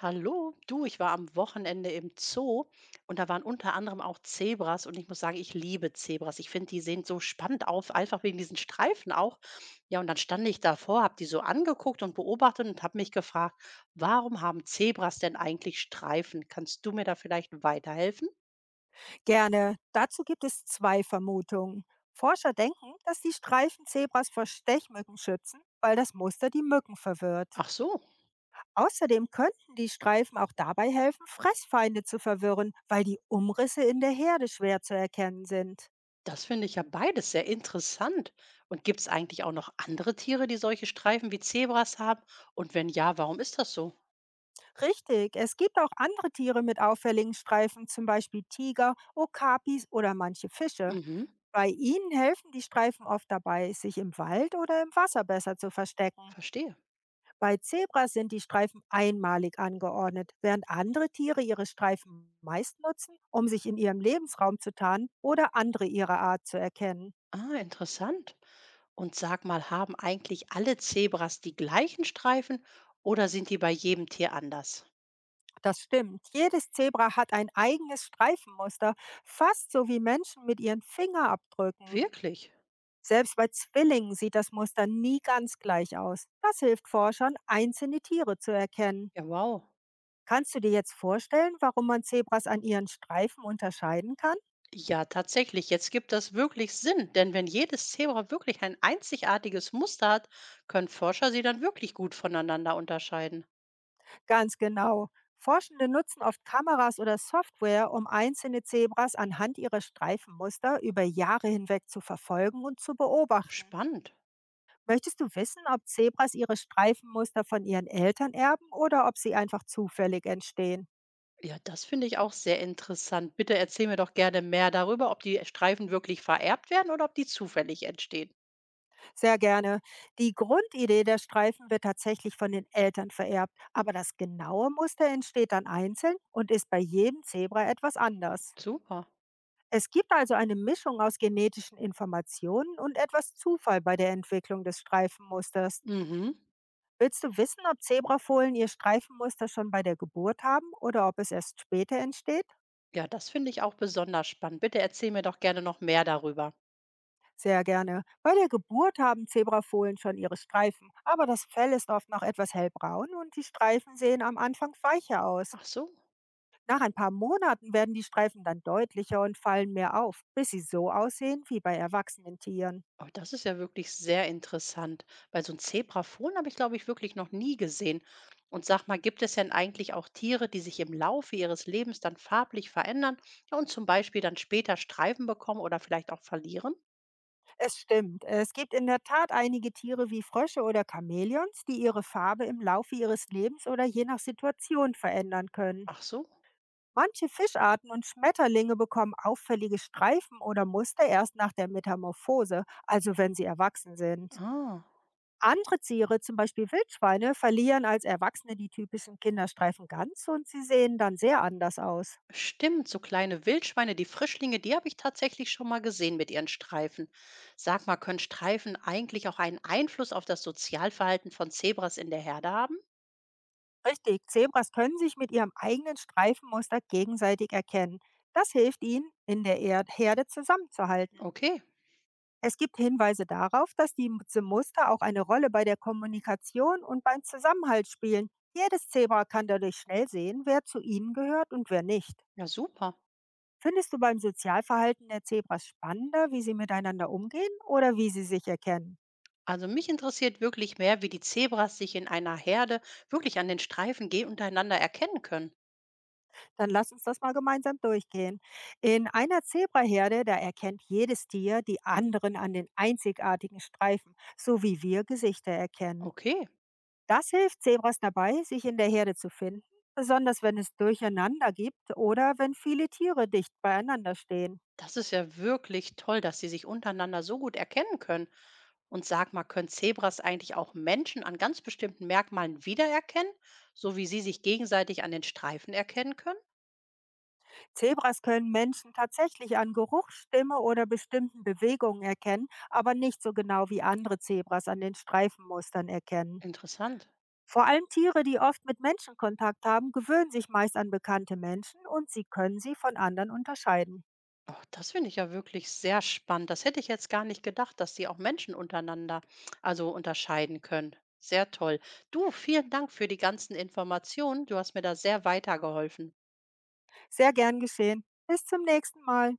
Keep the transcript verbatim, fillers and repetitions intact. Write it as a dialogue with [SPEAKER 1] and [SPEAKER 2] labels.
[SPEAKER 1] Hallo, du, ich war am Wochenende im Zoo und da waren unter anderem auch Zebras und ich muss sagen, ich liebe Zebras. Ich finde, die sehen so spannend auf, einfach wegen diesen Streifen auch. Ja, und dann stand ich davor, habe die so angeguckt und beobachtet und habe mich gefragt, warum haben Zebras denn eigentlich Streifen? Kannst du mir da vielleicht weiterhelfen?
[SPEAKER 2] Gerne. Dazu gibt es zwei Vermutungen. Forscher denken, dass die Streifenzebras vor Stechmücken schützen, weil das Muster die Mücken verwirrt.
[SPEAKER 1] Ach so,
[SPEAKER 2] Außerdem könnten die Streifen auch dabei helfen, Fressfeinde zu verwirren, weil die Umrisse in der Herde schwer zu erkennen sind.
[SPEAKER 1] das finde ich ja beides sehr interessant. Und gibt es eigentlich auch noch andere Tiere, die solche Streifen wie Zebras haben? Und wenn ja, warum ist das so?
[SPEAKER 2] Richtig, es gibt auch andere Tiere mit auffälligen Streifen, zum Beispiel Tiger, Okapis oder manche Fische.
[SPEAKER 1] Mhm,
[SPEAKER 2] Bei ihnen helfen die Streifen oft dabei, sich im Wald oder im Wasser besser zu verstecken.
[SPEAKER 1] verstehe.
[SPEAKER 2] Bei Zebras sind die Streifen einmalig angeordnet, während andere Tiere ihre Streifen meist nutzen, um sich in ihrem Lebensraum zu tarnen oder andere ihrer Art zu erkennen.
[SPEAKER 1] Ah, interessant. Und sag mal, haben eigentlich alle Zebras die gleichen Streifen oder sind die bei jedem Tier anders?
[SPEAKER 2] Das stimmt. Jedes Zebra hat ein eigenes Streifenmuster, fast so wie Menschen mit ihren Fingerabdrücken.
[SPEAKER 1] Wirklich?
[SPEAKER 2] Selbst bei Zwillingen sieht das Muster nie ganz gleich aus. Das hilft Forschern, einzelne Tiere zu erkennen.
[SPEAKER 1] Ja, wow.
[SPEAKER 2] Kannst du dir jetzt vorstellen, warum man Zebras an ihren Streifen unterscheiden kann?
[SPEAKER 1] Ja, tatsächlich. Jetzt gibt das wirklich Sinn, denn wenn jedes Zebra wirklich ein einzigartiges Muster hat, können Forscher sie dann wirklich gut voneinander unterscheiden.
[SPEAKER 2] Ganz genau. Forschende nutzen oft Kameras oder Software, um einzelne Zebras anhand ihrer Streifenmuster über Jahre hinweg zu verfolgen und zu beobachten.
[SPEAKER 1] Spannend.
[SPEAKER 2] Möchtest du wissen, ob Zebras ihre Streifenmuster von ihren Eltern erben oder ob sie einfach zufällig entstehen?
[SPEAKER 1] Ja, das finde ich auch sehr interessant. Bitte erzähl mir doch gerne mehr darüber, ob die Streifen wirklich vererbt werden oder ob die zufällig entstehen.
[SPEAKER 2] Sehr gerne. Die Grundidee der Streifen wird tatsächlich von den Eltern vererbt, aber das genaue Muster entsteht dann einzeln und ist bei jedem Zebra etwas anders.
[SPEAKER 1] Super.
[SPEAKER 2] Es gibt also eine Mischung aus genetischen Informationen und etwas Zufall bei der Entwicklung des Streifenmusters.
[SPEAKER 1] Mhm.
[SPEAKER 2] Willst du wissen, ob Zebrafohlen ihr Streifenmuster schon bei der Geburt haben oder ob es erst später entsteht?
[SPEAKER 1] Ja, das finde ich auch besonders spannend. Bitte erzähl mir doch gerne noch mehr darüber.
[SPEAKER 2] Sehr gerne. Bei der Geburt haben Zebrafohlen schon ihre Streifen, aber das Fell ist oft noch etwas hellbraun und die Streifen sehen am Anfang weicher aus.
[SPEAKER 1] Ach so,
[SPEAKER 2] Nach ein paar Monaten werden die Streifen dann deutlicher und fallen mehr auf, bis sie so aussehen wie bei erwachsenen Tieren.
[SPEAKER 1] oh, das ist ja wirklich sehr interessant, weil so ein Zebrafon habe ich, glaube ich, wirklich noch nie gesehen. Und sag mal, gibt es denn eigentlich auch Tiere, die sich im Laufe ihres Lebens dann farblich verändern, ja, und zum Beispiel dann später Streifen bekommen oder vielleicht auch verlieren?
[SPEAKER 2] Es stimmt. Es gibt in der Tat einige Tiere wie Frösche oder Chamäleons, die ihre Farbe im Laufe ihres Lebens oder je nach Situation verändern können.
[SPEAKER 1] Ach so,
[SPEAKER 2] Manche Fischarten und Schmetterlinge bekommen auffällige Streifen oder Muster erst nach der Metamorphose, also wenn sie erwachsen sind.
[SPEAKER 1] ah.
[SPEAKER 2] Andere Tiere, zum Beispiel Wildschweine, verlieren als Erwachsene die typischen Kinderstreifen ganz und sie sehen dann sehr anders aus.
[SPEAKER 1] Stimmt, so kleine Wildschweine, die Frischlinge, die habe ich tatsächlich schon mal gesehen mit ihren Streifen. Sag mal, können Streifen eigentlich auch einen Einfluss auf das Sozialverhalten von Zebras in der Herde haben?
[SPEAKER 2] Richtig, Zebras können sich mit ihrem eigenen Streifenmuster gegenseitig erkennen. Das hilft ihnen, in der Erd Herde zusammenzuhalten.
[SPEAKER 1] Okay,
[SPEAKER 2] Es gibt Hinweise darauf, dass die- diese Muster auch eine Rolle bei der Kommunikation und beim Zusammenhalt spielen. Jedes Zebra kann dadurch schnell sehen, wer zu ihnen gehört und wer nicht.
[SPEAKER 1] ja super.
[SPEAKER 2] Findest du beim Sozialverhalten der Zebras spannender, wie sie miteinander umgehen oder wie sie sich erkennen?
[SPEAKER 1] Also mich interessiert wirklich mehr, wie die Zebras sich in einer Herde wirklich an den Streifen ge- untereinander erkennen können.
[SPEAKER 2] Dann lass uns das mal gemeinsam durchgehen. In einer Zebraherde da erkennt jedes Tier die anderen an den einzigartigen Streifen, so wie wir Gesichter erkennen.
[SPEAKER 1] Okay,
[SPEAKER 2] Das hilft Zebras dabei, sich in der Herde zu finden, besonders wenn es Durcheinander gibt oder wenn viele Tiere dicht beieinander stehen.
[SPEAKER 1] das ist ja wirklich toll, dass sie sich untereinander so gut erkennen können. Und sag mal, können Zebras eigentlich auch Menschen an ganz bestimmten Merkmalen wiedererkennen, so wie sie sich gegenseitig an den Streifen erkennen können?
[SPEAKER 2] Zebras können Menschen tatsächlich an Geruch, Stimme oder bestimmten Bewegungen erkennen, aber nicht so genau wie andere Zebras an den Streifenmustern erkennen.
[SPEAKER 1] Interessant.
[SPEAKER 2] Vor allem Tiere, die oft mit Menschen Kontakt haben, gewöhnen sich meist an bekannte Menschen und sie können sie von anderen unterscheiden.
[SPEAKER 1] Oh, das finde ich ja wirklich sehr spannend. Das hätte ich jetzt gar nicht gedacht, dass sie auch Menschen untereinander also unterscheiden können. Sehr toll. Du, vielen Dank für die ganzen Informationen. Du hast mir da sehr weitergeholfen.
[SPEAKER 2] Sehr gern geschehen. Bis zum nächsten Mal.